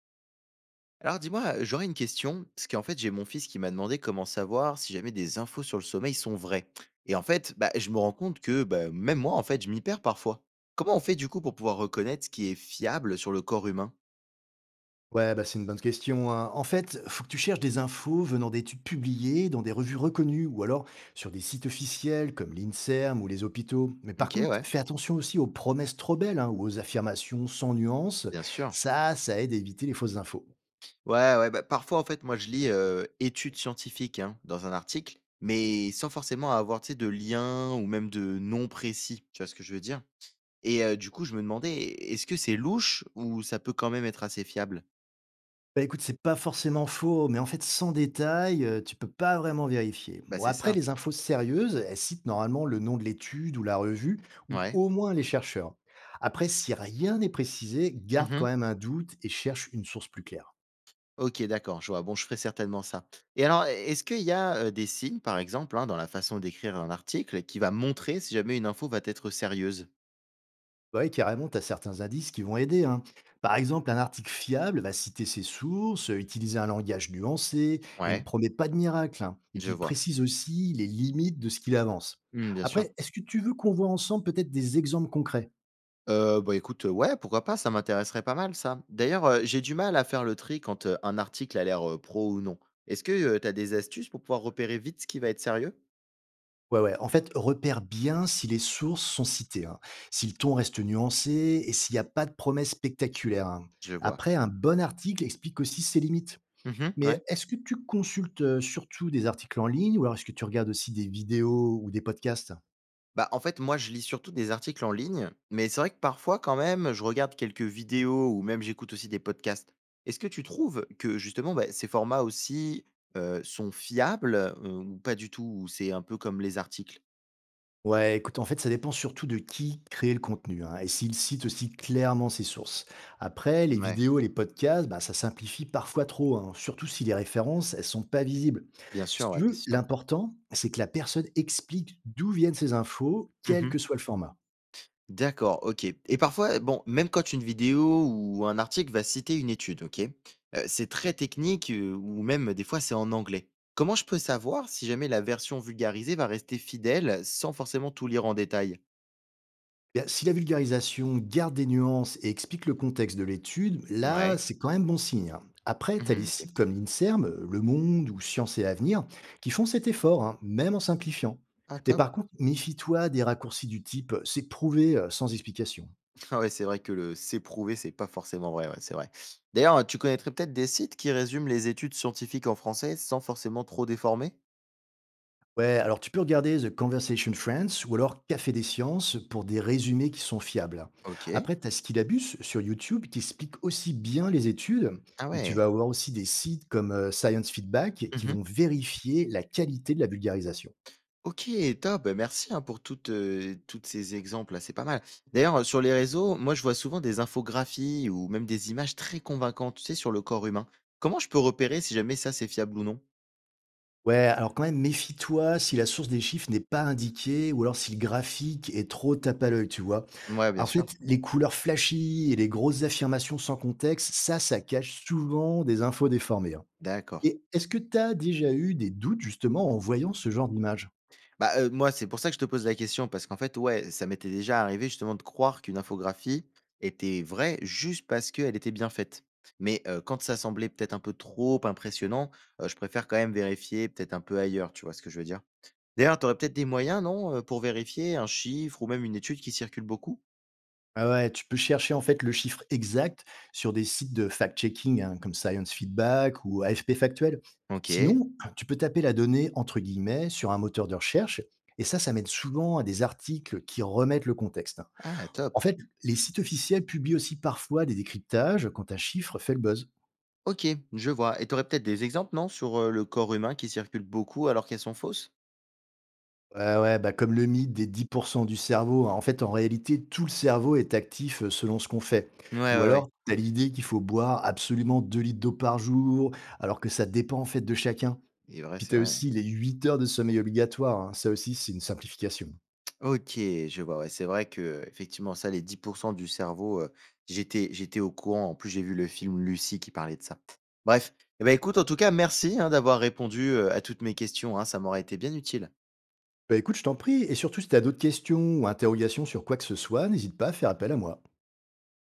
Alors dis-moi, j'aurais une question, parce qu'en fait j'ai mon fils qui m'a demandé comment savoir si jamais des infos sur le sommeil sont vraies. Et en fait, bah, je me rends compte que bah, même moi, en fait, je m'y perds parfois. Comment on fait du coup pour pouvoir reconnaître ce qui est fiable sur le corps humain? Ouais, bah, c'est une bonne question, hein. En fait, faut que tu cherches des infos venant d'études publiées dans des revues reconnues ou alors sur des sites officiels comme l'INSERM ou les hôpitaux. Mais par Ok, contre, ouais, fais attention aussi aux promesses trop belles, hein, ou aux affirmations sans nuance. bien sûr. Ça aide à éviter les fausses infos. Ouais, ouais, bah, parfois en fait, moi je lis études scientifiques hein, dans un article, mais sans forcément avoir tu sais, de lien ou même de nom précis, tu vois ce que je veux dire? Et du coup, je me demandais, est-ce que c'est louche ou ça peut quand même être assez fiable? Bah, écoute, c'est pas forcément faux, mais en fait, sans détail, tu peux pas vraiment vérifier. Bah Bon, c'est après, ça, les infos sérieuses, elles citent normalement le nom de l'étude ou la revue, ou ouais. au moins les chercheurs. Après, si rien n'est précisé, garde quand Mmh. même un doute et cherche une source plus claire. OK, d'accord, je vois. Bon, je ferai certainement ça. Et alors, est-ce qu'il y a, des signes, par exemple, hein, dans la façon d'écrire un article qui va montrer si jamais une info va être sérieuse? Ouais, carrément, tu as certains indices qui vont aider, hein. Par exemple, un article fiable va citer ses sources, utiliser un langage nuancé et ne Ouais, promet pas de miracle, hein. Et puis, je il vois. précise aussi les limites de ce qu'il avance. Mmh, bien sûr. Après, est-ce que tu veux qu'on voit ensemble peut-être des exemples concrets? Bah, écoute, ouais, pourquoi pas, ça m'intéresserait pas mal ça. D'ailleurs, j'ai du mal à faire le tri quand, un article a l'air, pro ou non. Est-ce que, tu as des astuces pour pouvoir repérer vite ce qui va être sérieux? Ouais, ouais. En fait, repère bien si les sources sont citées, hein, si le ton reste nuancé et s'il n'y a pas de promesses spectaculaires, hein. Je vois. Après, un bon article explique aussi ses limites. Mmh ouais. Mais est-ce que tu consultes surtout des articles en ligne ou alors est-ce que tu regardes aussi des vidéos ou des podcasts? Bah, en fait, moi, je lis surtout des articles en ligne, mais c'est vrai que parfois, quand même, je regarde quelques vidéos ou même j'écoute aussi des podcasts. Est-ce que tu trouves que justement, bah, ces formats aussi sont fiables ou pas du tout, ou c'est un peu comme les articles? Ouais, écoute, en fait, ça dépend surtout de qui crée le contenu, hein, et s'il cite aussi clairement ses sources. Après, les Ouais, vidéos et les podcasts, bah, ça simplifie parfois trop, hein, surtout si les références, elles sont pas visibles. bien Si sûr, tu ouais, bien veux, sûr. l'important, c'est que la personne explique d'où viennent ses infos, quel que soit le format. D'accord, OK, et parfois, bon, même quand une vidéo ou un article va citer une étude, OK? C'est très technique, ou même des fois c'est en anglais. Comment je peux savoir si jamais la version vulgarisée va rester fidèle sans forcément tout lire en détail? Eh bien, si la vulgarisation garde des nuances et explique le contexte de l'étude, là, Ouais. c'est quand même bon signe, hein. Après, tu as les Mmh. OK. sites comme l'INSERM, Le Monde ou Science et Avenir qui font cet effort, hein, même en simplifiant. Ah Mais top! par contre, méfie-toi des raccourcis du type c'est prouvé sans explication. Ah ouais, c'est vrai que le «c'est prouvé» c'est pas forcément vrai, ouais, c'est vrai. D'ailleurs, tu connaîtrais peut-être des sites qui résument les études scientifiques en français sans forcément trop déformer? Ouais, alors tu peux regarder The Conversation Friends ou alors Café des Sciences pour des résumés qui sont fiables. OK. Après, tu as Skillabus sur YouTube qui explique aussi bien les études Ah et tu ouais. vas avoir aussi des sites comme Science Feedback qui Mmh. vont vérifier la qualité de la vulgarisation. OK, top, bah, merci, hein, pour toutes, toutes ces exemples là, c'est pas mal. D'ailleurs, sur les réseaux, moi je vois souvent des infographies ou même des images très convaincantes, tu sais, sur le corps humain. Comment je peux repérer si jamais ça c'est fiable ou non? Ouais, alors quand même, méfie-toi si la source des chiffres n'est pas indiquée ou alors si le graphique est trop tape à l'œil, tu vois. Ouais En bien sûr. fait, les couleurs flashy et les grosses affirmations sans contexte, ça cache souvent des infos déformées, hein. D'accord. Et est-ce que tu as déjà eu des doutes justement en voyant ce genre d'image? Bah, moi c'est pour ça que je te pose la question parce qu'en fait, ouais, ça m'était déjà arrivé justement de croire qu'une infographie était vraie juste parce qu'elle était bien faite. Mais, quand ça semblait peut-être un peu trop impressionnant, je préfère quand même vérifier peut-être un peu ailleurs, tu vois ce que je veux dire? D'ailleurs, tu aurais peut-être des moyens, non, pour vérifier un chiffre ou même une étude qui circule beaucoup? Ah ouais, tu peux chercher en fait le chiffre exact sur des sites de fact-checking, hein, comme Science Feedback ou AFP Factuel. OK. Sinon, tu peux taper la donnée entre guillemets sur un moteur de recherche, et ça mène souvent à des articles qui remettent le contexte. Ah En top. fait, les sites officiels publient aussi parfois des décryptages quand un chiffre fait le buzz. OK, je vois, et tu aurais peut-être des exemples, non, sur, le corps humain qui circule beaucoup alors qu'elles sont fausses? Ouais, ouais, bah comme le mythe des 10% du cerveau, hein. En fait, en réalité, tout le cerveau est actif selon ce qu'on fait. Ouais, Ou ouais, ouais. alors, tu as l'idée qu'il faut boire absolument 2 litres d'eau par jour, alors que ça dépend en fait de chacun. Puis C'est tu as vrai, ouais. aussi les 8 heures de sommeil obligatoire, hein. Ça aussi, c'est une simplification. OK, je vois, ouais, c'est vrai que effectivement, ça, les 10 du cerveau, j'étais au courant. En plus, j'ai vu le film Lucy qui parlait de ça. Bref, eh bah, écoute, en tout cas, merci, hein, d'avoir répondu, à toutes mes questions, hein, ça m'aurait été bien utile. Bah écoute, je t'en prie. Et surtout, si tu as d'autres questions ou interrogations sur quoi que ce soit, n'hésite pas à faire appel à moi.